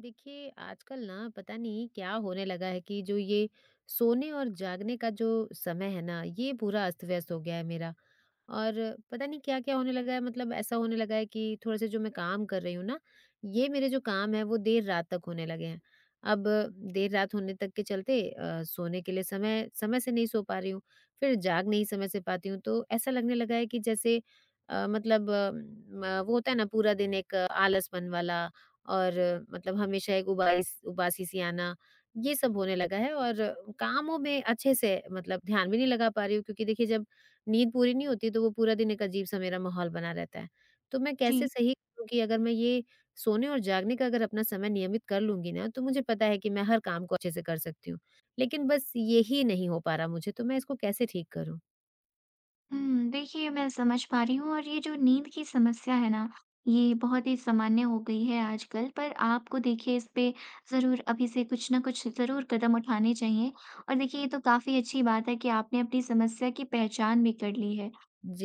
देखिए, आजकल ना पता नहीं क्या होने लगा है कि जो ये सोने और जागने का जो समय है ना, ये पूरा अस्त-व्यस्त हो गया है मेरा। और पता नहीं क्या-क्या होने लगा है मतलब ऐसा होने लगा है कि थोड़े से जो मैं काम कर रही हूँ ना, ये मेरे जो काम हैं वो देर रात तक होने लगे हैं। अब देर रात होने तक के चलते सोने के लिए समय समय से नहीं सो पा रही हूँ, फिर जाग नहीं समय से पाती हूँ, तो ऐसा लगने लगा है कि जैसे मतलब अ, म वो होता है ना पूरा दिन एक आलसपन वाला और मतलब हमेशा एक उबाइस उबासी-सी आना, ये सब होने लगा है और कामों में अच्छे से मतलब ध्यान भी नहीं लगा पा रही हूँ क्योंकि देखिए जब नींद पूरी नहीं होती, तो वो पूरा दिन एक अजीब-सा मेरा माहौल बना रहता है। तो मैं कैसे जी। सही करूँ कि अगर मैं ये सोने और जागने का अगर अपना समय नियमित कर लूँगी ना, तो मुझे पता है कि मैं हर काम को अच्छे से कर सकती हूँ। लेकिन बस यही नहीं हो पा रहा मुझे, तो मैं इसको कैसे ठीक करूँ? देखिए, मैं समझ पा रही हूँ, और ये जो नींद की समस्या है ना, ये बहुत ही सामान्य हो गई है आजकल। पर आपको देखिए, इस पे ज़रूर अभी से कुछ न कुछ ज़रूर कदम उठाने चाहिए। और देखिए, ये तो काफ़ी अच्छी बात है कि आपने अपनी समस्या की पहचान भी कर ली है।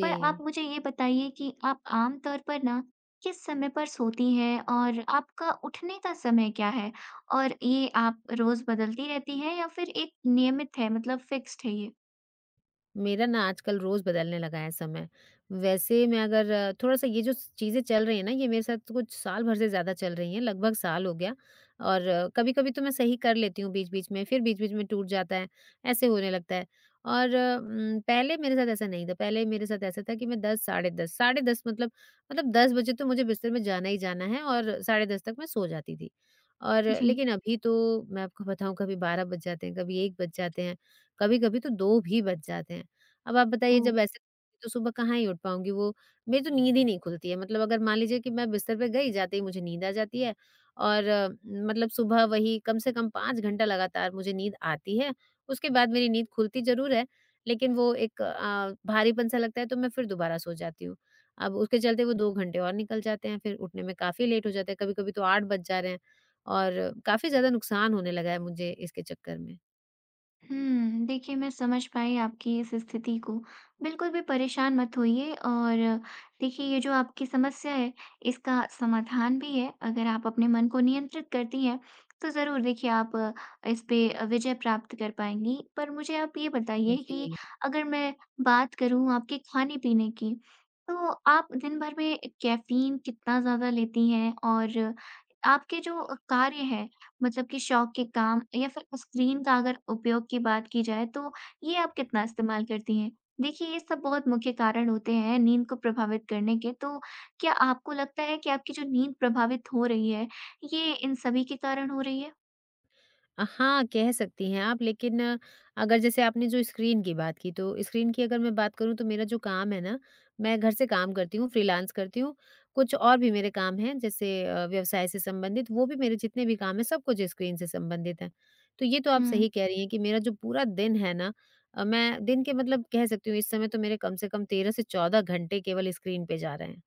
पर आप मुझे ये बताइए कि आप आम तौर पर ना किस समय पर सोती हैं, और आपका उठने का समय क्या है? और ये आप रोज़ बदलती रहती हैं या फिर एक नियमित है, मतलब फ़िक्स्ड है ये? मेरा ना आजकल रोज़ बदलने लगा है समय। वैसे मैं अगर थोड़ा-सा ये जो चीज़ें चल रही हैं ना, ये मेरे साथ तो कुछ साल भर से ज़्यादा चल रही हैं, लगभग साल हो गया। और कभी-कभी तो मैं सही कर लेती हूँ बीच-बीच में, फिर बीच-बीच में टूट जाता है, ऐसे होने लगता है। और पहले मेरे साथ ऐसा नहीं था, पहले मेरे साथ ऐसा था कि मैं 10 साढ़े 10 साढ़े 10 मतलब मतलब 10 बजे तो मुझे बिस्तर में जाना ही जाना है और साढ़े 10 तक मैं सो जाती थी। और जी। लेकिन अभी तो मैं आपको बताऊँ कभी 12 बज जाते हैं, कभी 1 बज जाते हैं, कभी-कभी तो 2 भी बज जाते हैं। अब आप बताइए ओह! जब ऐसे तो सुबह कहाँ ही उठ पाऊँगी वो मेरी तो नींद ही नहीं खुलती है मतलब अगर मान लीजिए कि मैं बिस्तर पे गई, जाते ही मुझे नींद आ जाती है और मतलब सुबह वही कम से कम 5 घंटा लगातार मुझे नींद आती है, उसके बाद मेरी नींद खुलती ज़रूर है, लेकिन वो एक भारीपन-सा लगता है तो मैं फिर दोबारा सो जाती हूँ। अब उसके चलते वो 2 घंटे और निकल जाते हैं, फिर उठने में काफ़ी लेट हो जाता है, कभी-कभी तो 8 बज जा रहे हैं और काफ़ी ज़्यादा नुकसान होने लगा है मुझे इसके चक्कर में। देखिए, मैं समझ पाई आपकी इस स्थिति को। बिल्कुल भी परेशान मत होइए, और देखिए, ये जो आपकी समस्या है, इसका समाधान भी है। अगर आप अपने मन को नियंत्रित करती हैं, तो ज़रूर देखिए, आप इस पे विजय प्राप्त कर पाएँगी। पर मुझे आप ये बताइए कि जी। अगर मैं बात करूँ आपके खाने-पीने की, तो आप दिन भर में कैफ़ीन कितना ज़्यादा लेती हैं? और आपके जो कार्य हैं, मतलब कि शौक के काम या फिर स्क्रीन का अगर उपयोग की बात की जाए, तो ये आप कितना इस्तेमाल करती हैं? देखिए, ये सब बहुत मुख्य कारण होते हैं नींद को प्रभावित करने के, तो क्या आपको लगता है कि आपकी जो नींद प्रभावित हो रही है, ये इन सभी के कारण हो रही है? हाँ, कह सकती हैं आप लेकिन अगर जैसे आपने जो स्क्रीन की बात की, तो स्क्रीन की अगर मैं बात करूँ तो मेरा जो काम है ना, मैं घर से काम करती हूँ, फ्रीलांस करती हूँ। कुछ और भी मेरे काम हैं जैसे व्यवसाय से संबंधित, वो भी मेरे जितने भी काम हैं सब कुछ स्क्रीन से संबंधित हैं। तो ये तो आप हुँ। सही कह रही हैं कि मेरा जो पूरा दिन है ना मैं दिन के मतलब कह सकती हूँ इस समय तो मेरे कम से कम 13 से 14 घंटे केवल स्क्रीन पे जा रहे हैं।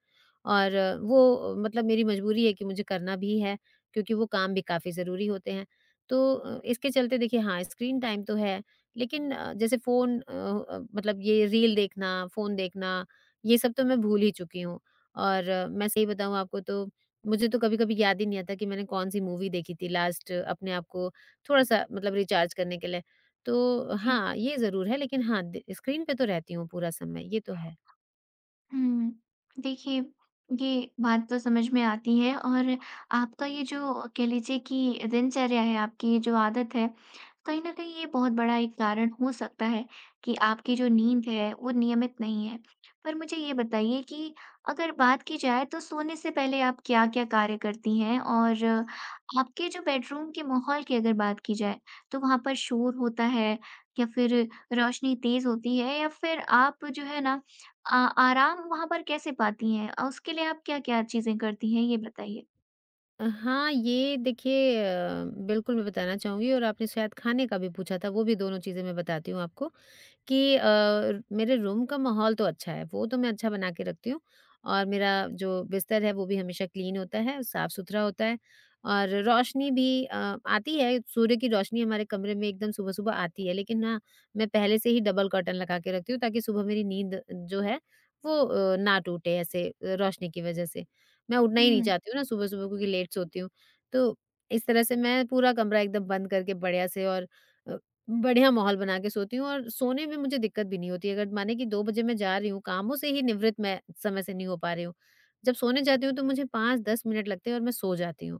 और वो मतलब मेरी मजबूरी है कि मुझे करना भी है, क्योंकि वो काम भी काफ़ी ज़रूरी होते हैं। तो इसके चलते देखिए हाँ, स्क्रीन टाइम तो है, लेकिन जैसे फ़ोन मतलब ये रील देखना, फ़ोन देखना, ये सब तो मैं भूल ही चुकी हूँ। और मैं सही बताऊँ आपको तो मुझे तो कभी-कभी याद ही नहीं आता कि मैंने कौन-सी मूवी देखी थी लास्ट अपने आप को थोड़ा-सा मतलब रिचार्ज करने के लिए। तो जी। हाँ, ये ज़रूर है लेकिन हाँ, द स्क्रीन पे तो रहती हूँ पूरा समय, ये तो है। हुँ। देखिए, ये बात तो समझ में आती है, और आपका ये जो कह लीजिए कि दिनचर्या है, आपकी ये जो आदत है, कहीं न कहीं ये बहुत बड़ा एक कारण हो सकता है कि आपकी जो नींद है, वो नियमित नहीं है। पर मुझे ये बताइए कि अगर बात की जाए, तो सोने से पहले आप क्या-क्या कार्य करती हैं? और आपके जो बेडरूम के माहौल की अगर बात की जाए, तो वहाँ पर शोर होता है, या फिर रोशनी तेज़ होती है, या फिर आप जो है ना, आ आराम वहाँ पर कैसे पाती हैं? उसके लिए आप क्या-क्या चीज़ें करती हैं, ये बताइए? हाँ, ये देखिए बिल्कुल मैं बताना चाहूँगी और आपने शायद खाने का भी पूछा था, वो भी दोनों चीज़ें मैं बताती हूँ आपको। कि मेरे रूम का माहौल तो अच्छा है, वो तो मैं अच्छा बना के रखती हूँ और मेरा जो बिस्तर है वो भी हमेशा क्लीन होता है, साफ-सुथरा होता है और रोशनी भी आती है, सूर्य की रोशनी हमारे कमरे में एकदम सुबह-सुबह आती है, लेकिन ना मैं पहले से ही डबल कर्टन लगा के रखती हूँ ताकि सुबह मेरी नींद जो है वो ना टूटे ऐसे रोशनी की वज़ह से। मैं उठना ही नहीं हुँ। चाहती हूँ ना सुबह-सुबह क्योंकि लेट सोती हूँ। तो इस तरह से मैं पूरा कमरा एकदम बंद करके बढ़िया से और अ, बढ़िया माहौल बना के सोती हूँ और सोने में मुझे दिक्कत भी नहीं होती। अगर माने कि 2 बजे मैं जा रही हूँ, कामों से ही निवृत्त मैं समय से नहीं हो पा रही हूँ। जब सोने जाती हूँ तो मुझे 5-10 मिनट लगते हैं और मैं सो जाती हूँ।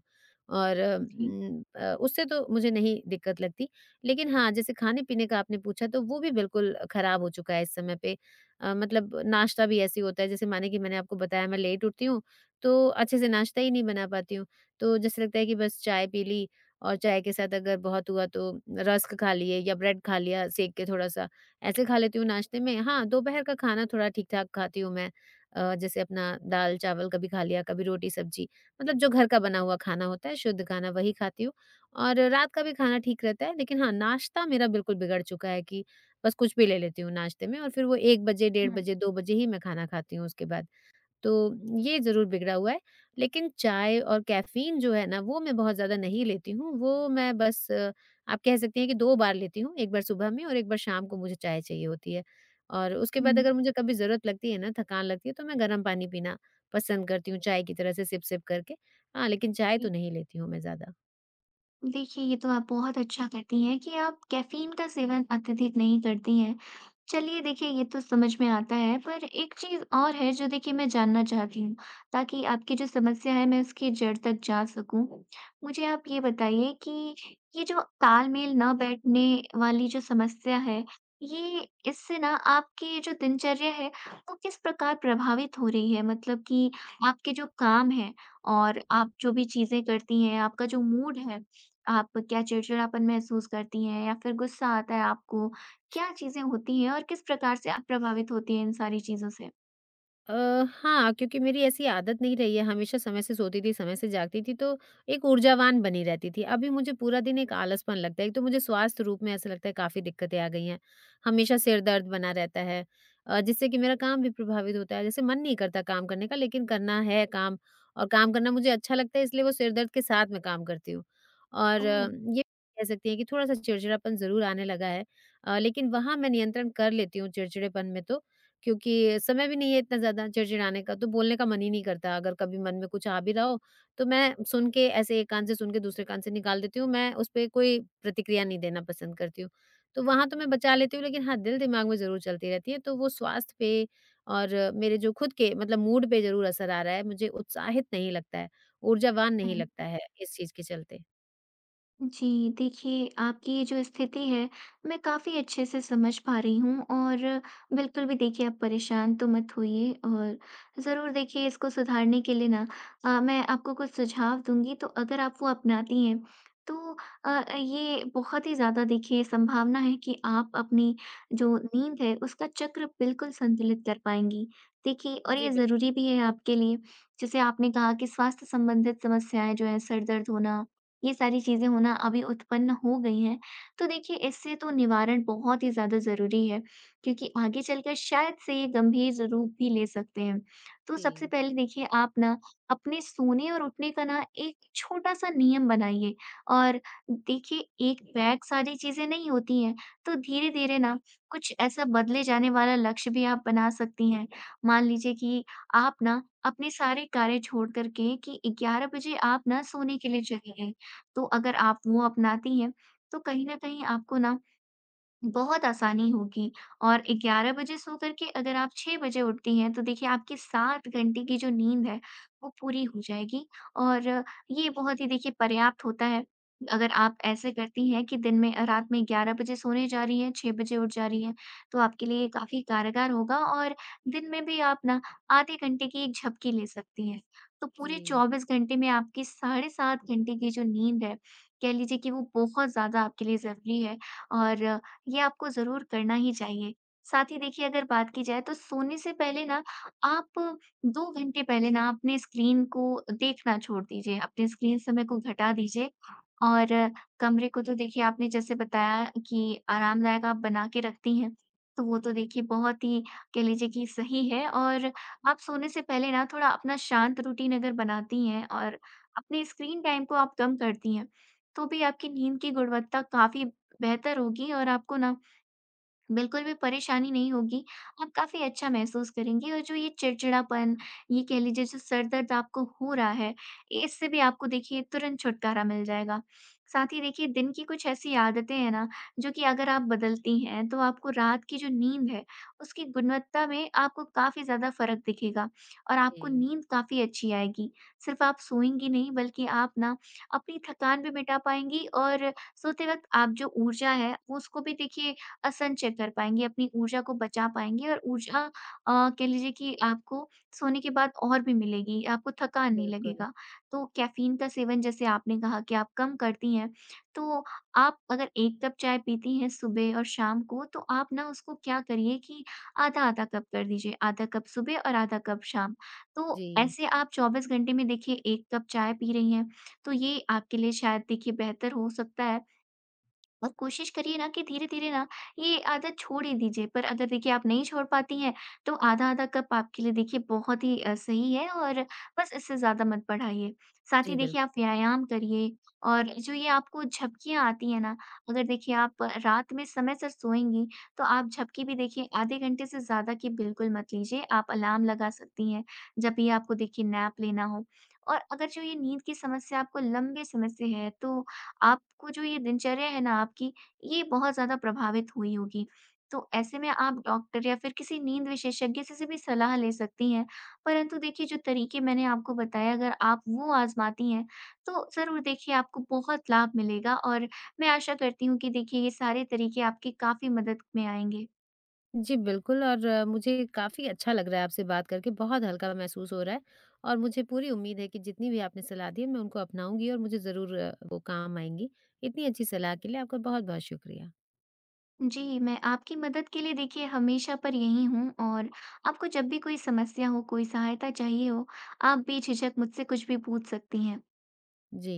और जी। उससे तो मुझे नहीं दिक्कत लगती। लेकिन हाँ, जैसे खाने-पीने का आपने पूछा तो वो भी बिल्कुल खराब हो चुका है इस समय पे। मतलब नाश्ता भी ऐसे ही होता है जैसे माने कि मैंने आपको बताया मैं लेट उठती हूँ, तो अच्छे से नाश्ता ही नहीं बना पाती हूँ। तो जैसे लगता है कि बस चाय पी ली और चाय के साथ अगर बहुत हुआ तो रस्क खा लिए या ब्रेड खा लिया सेक के थोड़ा-सा, ऐसे खा लेती हूँ नाश्ते में। हाँ, दोपहर का खाना थोड़ा ठीक-ठाक खाती हूँ मैं जैसे अपना दाल-चावल कभी खा लिया, कभी रोटी-सब्जी, मतलब जो घर का बना हुआ खाना होता है, शुद्ध खाना वही खाती हूँ। और रात का भी खाना ठीक रहता है, लेकिन हाँ, नाश्ता मेरा बिल्कुल बिगड़ चुका है कि बस कुछ भी ले लेती हूँ नाश्ते में और फिर वो 1 बजे, डेढ़ हुँ। बजे, 2 बजे ही मैं खाना खाती हूँ उसके बाद। तो ये ज़रूर बिगड़ा हुआ है, लेकिन चाय और कैफ़ीन जो है ना, वो मैं बहुत ज़्यादा नहीं लेती हूँ, वो मैं बस आप कह सकती हैं कि 2 बार लेती हूँ, एक बार सुबह में और एक बार शाम को मुझे चाय चाहिए होती है। और उसके हुँ। बाद अगर मुझे कभी ज़रूरत लगती है ना, थकान लगती है, तो मैं गर्म पानी पीना पसंद करती हूँ, चाय की तरह से सिप-सिप करके। हाँ, लेकिन चाय जी। तो नहीं लेती हूँ मैं ज़्यादा। देखिए, ये तो आप बहुत अच्छा करती हैं कि आप कैफ़ीन का सेवन अत्यधिक नहीं करती हैं। चलिए देखिए, ये तो समझ में आता है, पर एक चीज़ और है जो देखिए, मैं जानना चाहती हूँ, ताकि आपकी जो समस्या है, मैं उसकी जड़ तक जा सकूँ। मुझे आप ये बताइए कि ये जो तालमेल ना बैठने वाली जो समस्या है, ये इससे ना आपकी जो दिनचर्या है, वो किस प्रकार प्रभावित हो रही है? मतलब कि आपके जो काम हैं और आप जो भी चीज़ें करती हैं, आपका जो मूड है, आप क्या चिड़चिड़ापन महसूस करती हैं, या फिर गुस्सा आता है आपको, क्या चीज़ें होती हैं, और किस प्रकार से आप प्रभावित होती हैं इन सारी चीज़ों से? अ, हाँ, क्योंकि मेरी ऐसी आदत नहीं रही है, हमेशा समय से सोती थी, समय से जागती थी, तो एक ऊर्जावान बनी रहती थी। अभी मुझे पूरा दिन एक आलसपन लगता है, एक तो मुझे स्वास्थ्य रूप में ऐसा लगता है काफ़ी दिक्कतें आ गई हैं। हमेशा सिर दर्द बना रहता है जिससे कि मेरा काम भी प्रभावित होता है। जैसे मन नहीं करता काम करने का, लेकिन करना है काम और काम करना मुझे अच्छा लगता है, इसलिए वो सिर दर्द के साथ मैं काम करती हूँ। और ओह! ये कह सकती हैं कि थोड़ा-सा चिड़चिड़ापन ज़रूर आने लगा है लेकिन वहाँ मैं नियंत्रण कर लेती हूँ चिड़चिड़ेपन में तो क्योंकि समय भी नहीं है इतना ज़्यादा चिड़चिड़ाने का, तो बोलने का मन ही नहीं करता। अगर कभी मन में कुछ आ भी रहा हो, तो मैं सुन के ऐसे एक कान से सुन के दूसरे कान से निकाल देती हूँ। मैं उस पे कोई प्रतिक्रिया नहीं देना पसंद करती हूँ। तो वहाँ तो मैं बचा लेती हूँ, लेकिन हाँ, दिल-दिमाग में ज़रूर चलती रहती है। तो वो स्वास्थ्य पे और मेरे जो खुद के मतलब मूड पे ज़रूर असर आ रहा है। मुझे उत्साहित नहीं लगता है, ऊर्जावान नहीं हुँ, लगता है इस चीज़ के चलते। जी, देखिए, आपकी ये जो स्थिति है, मैं काफ़ी अच्छे से समझ पा रही हूँ, और बिल्कुल भी देखिए, आप परेशान तो मत होइए, और ज़रूर देखिए, इसको सुधारने के लिए ना मैं आपको कुछ सुझाव दूँगी, तो अगर आप वो अपनाती हैं, तो ये बहुत ही ज़्यादा देखिए, संभावना है कि आप अपनी जो नींद है, उसका चक्र बिल्कुल संतुलित कर पाएँगी। देखिए, और जी, ये बिल ज़रूरी भी है आपके लिए, जैसे आपने कहा कि स्वास्थ्य संबंधित समस्याएँ जो हैं, सर दर्द होना, ये सारी चीज़ें होना अभी उत्पन्न हो गई हैं, तो देखिए, इससे तो निवारण बहुत ही ज़्यादा ज़रूरी है, क्योंकि आगे चलकर शायद से ये गंभीर रूप भी ले सकते हैं। तो सबसे जी, पहले देखिए, आप ना अपने सोने और उठने का ना एक छोटा-सा नियम बनाइए, और देखिए, एक बैग सारी चीज़ें नहीं होती हैं, तो धीरे-धीरे ना कुछ ऐसा बदले जाने वाला लक्ष्य भी आप बना सकती हैं। मान लीजिए कि आप ना अपने सारे कार्य छोड़ कर के कि 11 बजे आप ना सोने के लिए चली गईं। तो अगर आप वो अपनाती हैं, तो कहीं न कहीं आपको ना बहुत आसानी होगी, और 11 बजे सो करके अगर आप 6 बजे उठती हैं, तो देखिए, आपकी 7 घंटे की जो नींद है, वो पूरी हो जाएगी, और ये बहुत ही देखिए, पर्याप्त होता है। अगर आप ऐसे करती हैं कि दिन में रात में 11 बजे सोने जा रही हैं, 6 बजे उठ जा रही हैं, तो आपके लिए ये काफ़ी कारगर होगा, और दिन में भी आप ना आधे घंटे की एक झपकी ले सकती हैं। तो पूरे जी, 24 घंटे में आपकी साढ़े 7 घंटे की जो नींद है, कह लीजिए कि वो बहुत ज़्यादा आपके लिए ज़रूरी है, और ये आपको ज़रूर करना ही चाहिए। साथ ही देखिए, अगर बात की जाए, तो सोने से पहले ना आप 2 घंटे पहले ना अपने स्क्रीन को देखना छोड़ दीजिए, अपने स्क्रीन समय को घटा दीजिए, और कमरे को तो देखिए, आपने जैसे बताया कि आरामदायक आप बना के रखती हैं, तो वो तो देखिए, बहुत ही कह लीजिए कि सही है, और आप सोने से पहले ना थोड़ा अपना शांत रूटीन अगर बनाती हैं, और अपने स्क्रीन टाइम को आप कम करती हैं, तो भी आपकी नींद की गुणवत्ता काफ़ी बेहतर होगी, और आपको ना बिल्कुल भी परेशानी नहीं होगी। आप काफ़ी अच्छा महसूस करेंगी, और जो ये चिड़चिड़ापन, ये कह लीजिए, जो सर दर्द आपको हो रहा है, इससे भी आपको देखिए, तुरंत छुटकारा मिल जाएगा। साथ ही देखिए, दिन की कुछ ऐसी आदतें हैं ना, जो कि अगर आप बदलती हैं, तो आपको रात की जो नींद है, उसकी गुणवत्ता में आपको काफ़ी ज़्यादा फ़र्क दिखेगा, और आपको जी, नींद काफ़ी अच्छी आएगी। सिर्फ़ आप सोएँगी नहीं, बल्कि आप ना अपनी थकान भी मिटा पाएँगी, और सोते वक़्त आप जो ऊर्जा है, उसको भी देखिए, संचय कर पाएँगे, अपनी ऊर्जा को बचा पाएँगे, और ऊर्जा कह लीजिए कि आपको सोने के बाद और भी मिलेगी, आपको थकान नहीं बिल्कुल। लगेगा। तो कैफ़ीन का सेवन जैसे आपने कहा कि आप कम करती हैं, तो आप अगर 1 कप चाय पीती हैं सुबह और शाम को, तो आप ना उसको क्या करिए कि आधा-आधा कप कर दीजिए, आधा कप सुबह और आधा कप शाम। तो जी, ऐसे आप 24 घंटे में देखिए, 1 कप चाय पी रही हैं, तो ये आपके लिए शायद देखिए, बेहतर हो सकता है। और कोशिश करिए ना कि धीरे-धीरे ना ये आदत छोड़ ही दीजिए। पर अगर देखिए, आप नहीं छोड़ पाती हैं, तो आधा-आधा कप आपके लिए देखिए, बहुत ही सही है, और बस इससे ज़्यादा मत बढ़ाइए। साथ ही जी, बिल्कुल। देखिए, आप व्यायाम करिए, और जो ये आपको झपकियाँ आती हैं ना, अगर देखिए, आप रात में समय से सोएँगी, तो आप झपकी भी देखिए, आधे घंटे से ज़्यादा की बिल्कुल मत लीजिए। आप अलार्म लगा सकती हैं, जब भी आपको देखिए, नैप लेना हो। और अगर जो ये नींद की समस्या आपको लंबे समय से है, तो आपको जो ये दिनचर्या है ना आपकी, ये बहुत ज़्यादा प्रभावित हुई होगी। तो ऐसे में आप डॉक्टर या फिर किसी नींद विशेषज्ञ से भी सलाह ले सकती हैं। परंतु देखिए, जो तरीके मैंने आपको बताए, अगर आप वो आज़माती हैं, तो ज़रूर देखिए, आपको बहुत लाभ मिलेगा, और मैं आशा करती हूँ कि देखिए, ये सारे तरीके आपकी काफ़ी मदद में आएँगे। जी, बिल्कुल और मुझे काफ़ी अच्छा लग रहा है आपसे बात करके, बहुत हल्का महसूस हो रहा है और मुझे पूरी उम्मीद है कि जितनी भी आपने सलाह दी है, मैं उनको अपनाऊँगी और मुझे ज़रूर वो काम आएँगी। इतनी अच्छी सलाह के लिए आपका बहुत-बहुत शुक्रिया। जी, मैं आपकी मदद के लिए देखिए, हमेशा पर यहीं हूँ, और आपको जब भी कोई समस्या हो, कोई सहायता चाहिए हो, आप बेझिझक मुझसे कुछ भी पूछ सकती हैं। जी।